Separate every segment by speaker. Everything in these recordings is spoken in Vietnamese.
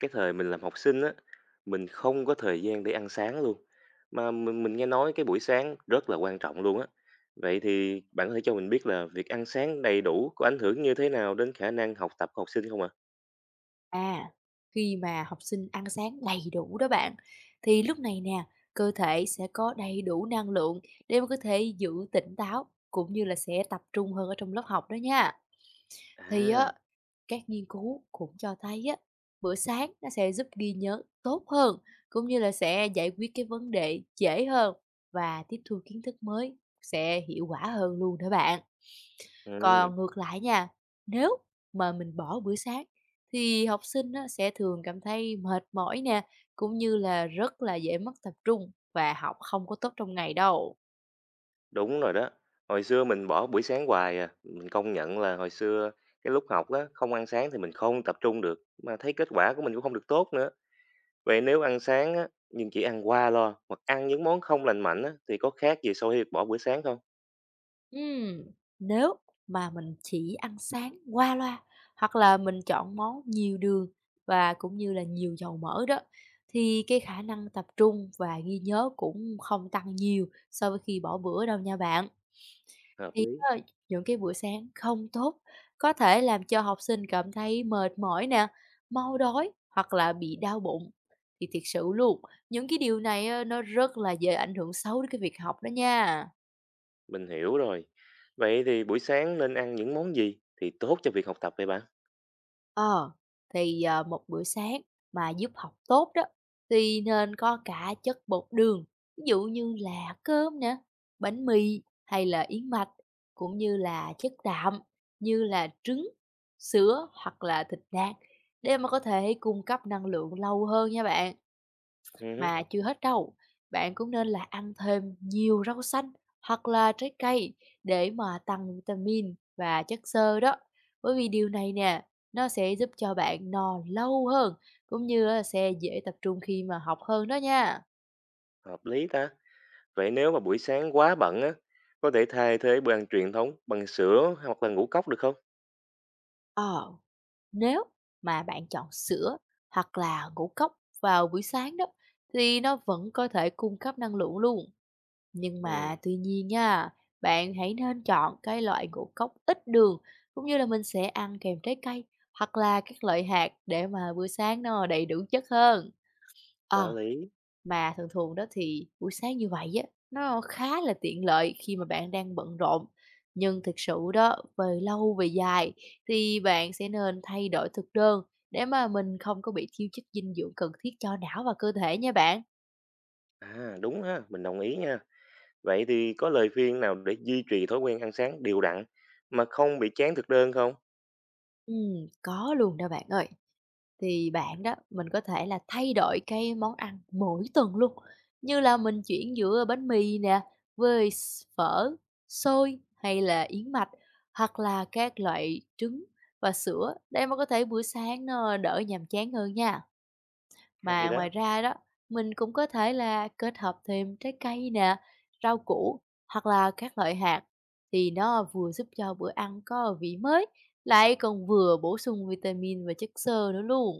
Speaker 1: Cái thời mình làm học sinh á, mình không có thời gian để ăn sáng luôn, mà mình nghe nói cái buổi sáng rất là quan trọng luôn á. Vậy thì bạn có thể cho mình biết là việc ăn sáng đầy đủ có ảnh hưởng như thế nào đến khả năng học tập của học sinh không ạ?
Speaker 2: À, khi mà học sinh ăn sáng đầy đủ đó bạn, thì lúc này nè, cơ thể sẽ có đầy đủ năng lượng để mà có thể giữ tỉnh táo cũng như là sẽ tập trung hơn ở trong lớp học đó nha. Thì
Speaker 1: À,
Speaker 2: á, các nghiên cứu cũng cho thấy á, bữa sáng nó sẽ giúp ghi nhớ tốt hơn, cũng như là sẽ giải quyết cái vấn đề dễ hơn và tiếp thu kiến thức mới sẽ hiệu quả hơn luôn đó bạn.
Speaker 1: ừm,
Speaker 2: Còn ngược lại nha, nếu mà mình bỏ bữa sáng thì học sinh á, sẽ thường cảm thấy mệt mỏi nè, cũng như là rất là dễ mất tập trung và học không có tốt trong ngày đâu.
Speaker 1: đúng rồi đó. Hồi xưa mình bỏ buổi sáng hoài à, mình công nhận là hồi xưa cái lúc học á, không ăn sáng thì mình không tập trung được, mà thấy kết quả của mình cũng không được tốt nữa. Vậy nếu ăn sáng á, nhưng chỉ ăn qua lo hoặc ăn những món không lành mạnh á, thì có khác gì so với việc bỏ buổi sáng không?
Speaker 2: Ừm. Nếu mà mình chỉ ăn sáng qua loa, hoặc là mình chọn món nhiều đường và cũng như là nhiều dầu mỡ đó, thì cái khả năng tập trung và ghi nhớ cũng không tăng nhiều so với khi bỏ bữa đâu nha bạn.
Speaker 1: Hợp
Speaker 2: Thì
Speaker 1: lý,
Speaker 2: á, những cái bữa sáng không tốt có thể làm cho học sinh cảm thấy mệt mỏi nè, mau đói hoặc là bị đau bụng. Thì thiệt sự luôn, những cái điều này á, nó rất là dễ ảnh hưởng xấu đến cái việc học đó nha.
Speaker 1: mình hiểu rồi. Vậy thì buổi sáng nên ăn những món gì thì tốt cho việc học tập vậy bạn?
Speaker 2: Ờ, thì, ờ, một bữa sáng mà giúp học tốt đó, thì nên có cả chất bột đường, ví dụ như là cơm nè, bánh mì hay là yến mạch, cũng như là chất đạm như là trứng, sữa hoặc là thịt nạc để mà có thể cung cấp năng lượng lâu hơn nha bạn.
Speaker 1: Ừ,
Speaker 2: Mà chưa hết đâu, bạn cũng nên là ăn thêm nhiều rau xanh hoặc là trái cây để mà tăng vitamin và chất xơ đó. Bởi vì điều này nè, nó sẽ giúp cho bạn no lâu hơn, cũng như là sẽ dễ tập trung khi mà học hơn đó nha.
Speaker 1: hợp lý ta. Vậy nếu mà buổi sáng quá bận á, có thể thay thế bữa ăn truyền thống bằng sữa hoặc là ngũ cốc được không?
Speaker 2: Ờ, nếu mà bạn chọn sữa hoặc là ngũ cốc vào buổi sáng đó, thì nó vẫn có thể cung cấp năng lượng luôn. Nhưng mà
Speaker 1: Ừ,
Speaker 2: tuy nhiên nha, bạn hãy nên chọn cái loại ngũ cốc ít đường cũng như là mình sẽ ăn kèm trái cây hoặc là các loại hạt để mà bữa sáng nó đầy đủ chất hơn.
Speaker 1: có
Speaker 2: Ờ,
Speaker 1: lý.
Speaker 2: mà thường thường đó thì buổi sáng như vậy á, nó khá là tiện lợi khi mà bạn đang bận rộn. Nhưng thực sự đó, về lâu về dài thì bạn sẽ nên thay đổi thực đơn để mà mình không có bị thiếu chất dinh dưỡng cần thiết cho não và cơ thể nha bạn.
Speaker 1: À, đúng ha, mình đồng ý nha. Vậy thì có lời khuyên nào để duy trì thói quen ăn sáng đều đặn mà không bị chán thực đơn không?
Speaker 2: Có luôn đó bạn ơi. Thì bạn đó, mình có thể là thay đổi cái món ăn mỗi tuần luôn, như là mình chuyển giữa bánh mì nè, với phở, xôi hay là yến mạch, hoặc là các loại trứng và sữa để mà có thể buổi sáng nó đỡ nhàm chán hơn nha.
Speaker 1: Hay
Speaker 2: Mà ngoài
Speaker 1: đó,
Speaker 2: ra đó, mình cũng có thể là kết hợp thêm trái cây nè, rau củ hoặc là các loại hạt thì nó vừa giúp cho bữa ăn có vị mới, lại còn vừa bổ sung vitamin và chất xơ nữa luôn.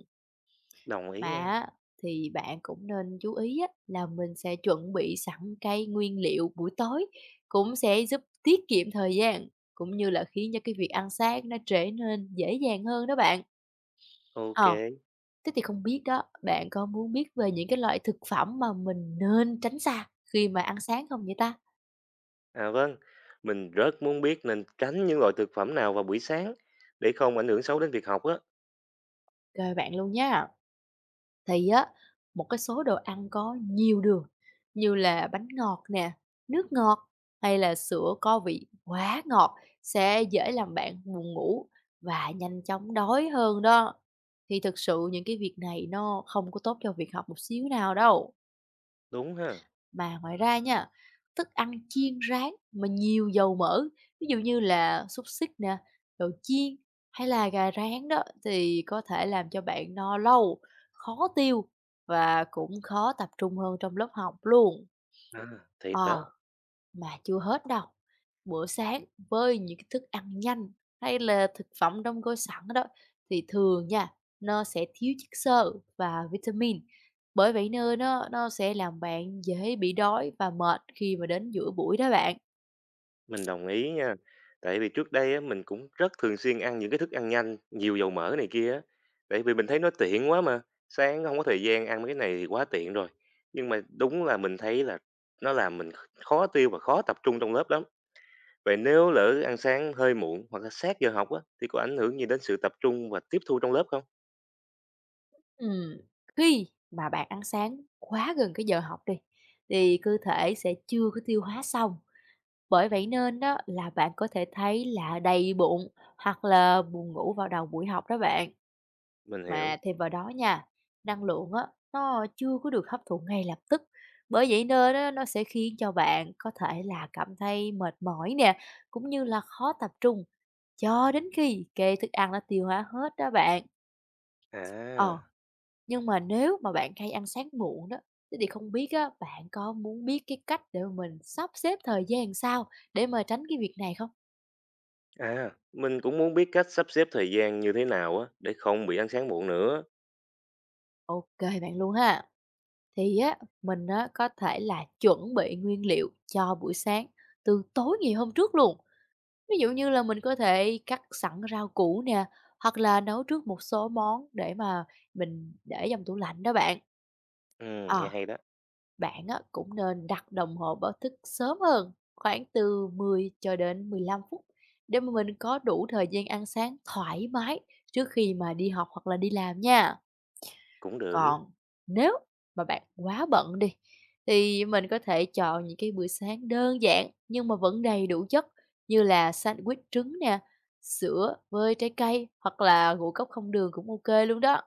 Speaker 1: đồng
Speaker 2: Mà
Speaker 1: ý nha.
Speaker 2: á, thì bạn cũng nên chú ý á, là mình sẽ chuẩn bị sẵn cái nguyên liệu buổi tối cũng sẽ giúp tiết kiệm thời gian cũng như là khiến cho cái việc ăn sáng nó trở nên dễ dàng hơn đó bạn.
Speaker 1: Ok.
Speaker 2: Ờ, thế thì không biết đó, bạn có muốn biết về những cái loại thực phẩm mà mình nên tránh xa khi mà ăn sáng không vậy ta?
Speaker 1: À vâng, mình rất muốn biết nên tránh những loại thực phẩm nào vào buổi sáng để không ảnh hưởng xấu đến việc học á.
Speaker 2: Rồi bạn luôn nha. Thì á, một cái số đồ ăn có nhiều đường như là bánh ngọt nè, nước ngọt hay là sữa có vị quá ngọt sẽ dễ làm bạn buồn ngủ và nhanh chóng đói hơn đó. Thì thực sự những cái việc này nó không có tốt cho việc học một xíu nào đâu.
Speaker 1: Đúng ha.
Speaker 2: Mà ngoài ra nha, thức ăn chiên rán mà nhiều dầu mỡ, ví dụ như là xúc xích nè, đồ chiên hay là gà rán đó thì có thể làm cho bạn no lâu, khó tiêu và cũng khó tập trung hơn trong lớp học luôn.
Speaker 1: À, thiệt đó,
Speaker 2: Ờ, mà chưa hết đâu, bữa sáng với những cái thức ăn nhanh hay là thực phẩm đóng gói sẵn đó thì thường nha, nó sẽ thiếu chất xơ và vitamin. Bởi vậy nên nó sẽ làm bạn dễ bị đói và mệt khi mà đến giữa buổi đó bạn.
Speaker 1: mình đồng ý nha. Tại vì trước đây á, mình cũng rất thường xuyên ăn những cái thức ăn nhanh, nhiều dầu mỡ này kia á. Tại vì mình thấy nó tiện quá mà. Sáng không có thời gian ăn mấy cái này thì quá tiện rồi. Nhưng mà đúng là mình thấy là nó làm mình khó tiêu và khó tập trung trong lớp lắm. Vậy nếu lỡ ăn sáng hơi muộn hoặc là sát giờ học á, thì có ảnh hưởng gì đến sự tập trung và tiếp thu trong lớp không?
Speaker 2: Ừm, khi mà bạn ăn sáng quá gần cái giờ học đi thì cơ thể sẽ chưa có tiêu hóa xong. Bởi vậy nên đó là bạn có thể thấy là đầy bụng hoặc là buồn ngủ vào đầu buổi học đó bạn.
Speaker 1: Mình
Speaker 2: Mà
Speaker 1: hiểu.
Speaker 2: thêm vào đó nha, năng lượng á, nó chưa có được hấp thụ ngay lập tức. Bởi vậy nên á, nó sẽ khiến cho bạn có thể là cảm thấy mệt mỏi nè, cũng như là khó tập trung cho đến khi cái thức ăn nó tiêu hóa hết đó bạn.
Speaker 1: À,
Speaker 2: Ờ, nhưng mà nếu mà bạn hay ăn sáng muộn đó, thế thì không biết á, bạn có muốn biết cái cách để mà mình sắp xếp thời gian sao để mà tránh cái việc này không?
Speaker 1: à, mình cũng muốn biết cách sắp xếp thời gian như thế nào á, để không bị ăn sáng muộn nữa.
Speaker 2: Ok bạn luôn ha. Thì á, mình á có thể là chuẩn bị nguyên liệu cho buổi sáng từ tối ngày hôm trước luôn. Ví dụ như là mình có thể cắt sẵn rau củ nè, hoặc là nấu trước một số món để mà mình để trong tủ lạnh đó bạn.
Speaker 1: Ừ
Speaker 2: Ờ,
Speaker 1: nghe hay đó,
Speaker 2: bạn á cũng nên đặt đồng hồ báo thức sớm hơn, khoảng từ 10 cho đến 15 phút để mà mình có đủ thời gian ăn sáng thoải mái trước khi mà đi học hoặc là đi làm nha.
Speaker 1: cũng được.
Speaker 2: Còn nếu mà bạn quá bận đi, thì mình có thể chọn những cái bữa sáng đơn giản nhưng mà vẫn đầy đủ chất như là sandwich trứng nè, sữa với trái cây hoặc là ngũ cốc không đường cũng OK luôn đó.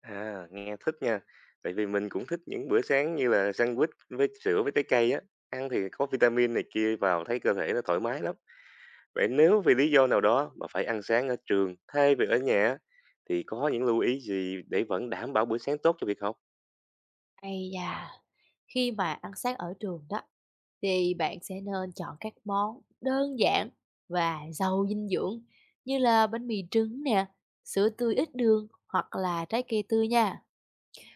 Speaker 1: À, nghe thích nha, tại vì mình cũng thích những bữa sáng như là sandwich với sữa với trái cây á, ăn thì có vitamin này kia vào thấy cơ thể nó thoải mái lắm. Vậy nếu vì lý do nào đó mà phải ăn sáng ở trường thay vì ở nhà á, thì có những lưu ý gì để vẫn đảm bảo bữa sáng tốt cho việc học?
Speaker 2: Ây da, khi mà ăn sáng ở trường đó, thì bạn sẽ nên chọn các món đơn giản và giàu dinh dưỡng như là bánh mì trứng nè, sữa tươi ít đường hoặc là trái cây tươi nha.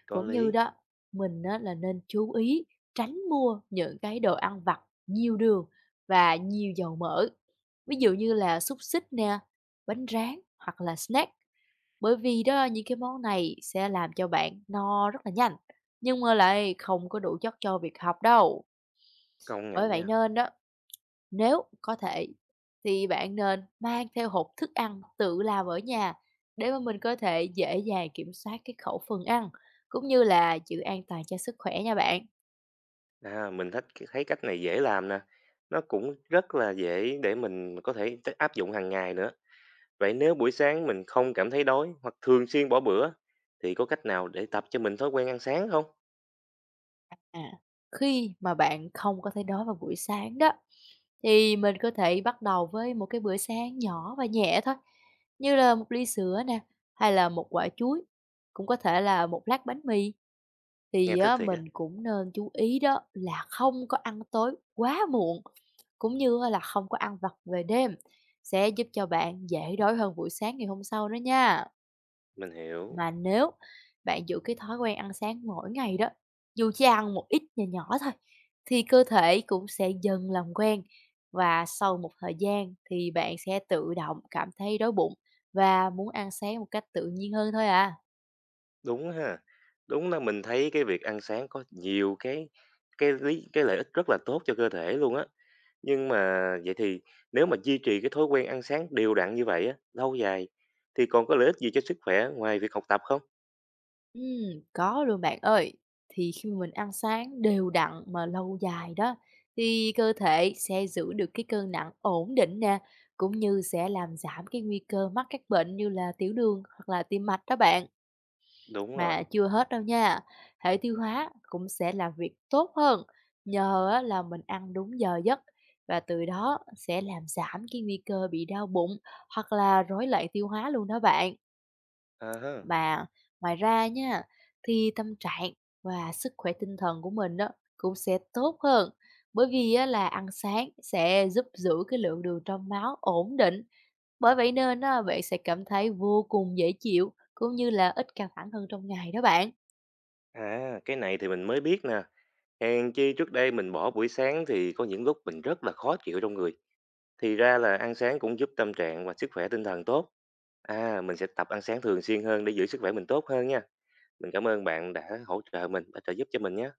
Speaker 1: Có
Speaker 2: Cũng như
Speaker 1: lý,
Speaker 2: đó, mình á là nên chú ý tránh mua những cái đồ ăn vặt nhiều đường và nhiều dầu mỡ. Ví dụ như là xúc xích nè, bánh rán hoặc là snack. Bởi vì đó những cái món này sẽ làm cho bạn no rất là nhanh, nhưng mà lại không có đủ chất cho việc học đâu.
Speaker 1: công
Speaker 2: Bởi
Speaker 1: nhận
Speaker 2: vậy
Speaker 1: nha.
Speaker 2: nên đó, nếu có thể thì bạn nên mang theo hộp thức ăn tự làm ở nhà để mà mình có thể dễ dàng kiểm soát cái khẩu phần ăn, cũng như là giữ an toàn cho sức khỏe nha bạn.
Speaker 1: À, mình thích thấy cách này dễ làm nè. Nó cũng rất là dễ để mình có thể áp dụng hàng ngày nữa. Vậy nếu buổi sáng mình không cảm thấy đói hoặc thường xuyên bỏ bữa thì có cách nào để tập cho mình thói quen ăn sáng không?
Speaker 2: À, khi mà bạn không có thể đói vào buổi sáng đó, thì mình có thể bắt đầu với một cái bữa sáng nhỏ và nhẹ thôi, như là một ly sữa nè, hay là một quả chuối, cũng có thể là một lát bánh mì.
Speaker 1: Nghe
Speaker 2: Thì
Speaker 1: thích
Speaker 2: á,
Speaker 1: thiệt á,
Speaker 2: mình cũng nên chú ý đó là không có ăn tối quá muộn, cũng như á là không có ăn vặt về đêm, sẽ giúp cho bạn dễ đói hơn buổi sáng ngày hôm sau đó nha.
Speaker 1: mình hiểu.
Speaker 2: Mà nếu bạn giữ cái thói quen ăn sáng mỗi ngày đó, dù chỉ ăn một ít nhỏ nhỏ thôi, thì cơ thể cũng sẽ dần làm quen và sau một thời gian thì bạn sẽ tự động cảm thấy đói bụng và muốn ăn sáng một cách tự nhiên hơn thôi à.
Speaker 1: Đúng ha. Đúng là mình thấy cái việc ăn sáng có nhiều cái cái lợi ích rất là tốt cho cơ thể luôn á. Nhưng mà vậy thì nếu mà duy trì cái thói quen ăn sáng đều đặn như vậy á, lâu dài thì còn có lợi ích gì cho sức khỏe ngoài việc học tập không?
Speaker 2: Có luôn bạn ơi. Thì khi mà mình ăn sáng đều đặn mà lâu dài đó, thì cơ thể sẽ giữ được cái cân nặng ổn định nè, cũng như sẽ làm giảm cái nguy cơ mắc các bệnh như là tiểu đường hoặc là tim mạch đó bạn.
Speaker 1: Đúng rồi.
Speaker 2: Mà chưa hết đâu nha, hệ tiêu hóa cũng sẽ làm việc tốt hơn nhờ á là mình ăn đúng giờ giấc và từ đó sẽ làm giảm cái nguy cơ bị đau bụng hoặc là rối loạn tiêu hóa luôn đó bạn.
Speaker 1: À, ha.
Speaker 2: Và ngoài ra nha, thì tâm trạng và sức khỏe tinh thần của mình đó cũng sẽ tốt hơn, bởi vì á là ăn sáng sẽ giúp giữ cái lượng đường trong máu ổn định. Bởi vậy nên á, bạn sẽ cảm thấy vô cùng dễ chịu cũng như là ít căng thẳng hơn trong ngày đó bạn.
Speaker 1: À cái này thì mình mới biết nè. Hèn chi trước đây mình bỏ buổi sáng thì có những lúc mình rất là khó chịu trong người. Thì ra là ăn sáng cũng giúp tâm trạng và sức khỏe tinh thần tốt. À, mình sẽ tập ăn sáng thường xuyên hơn để giữ sức khỏe mình tốt hơn nha. Mình cảm ơn bạn đã hỗ trợ mình, đã trợ giúp cho mình nha.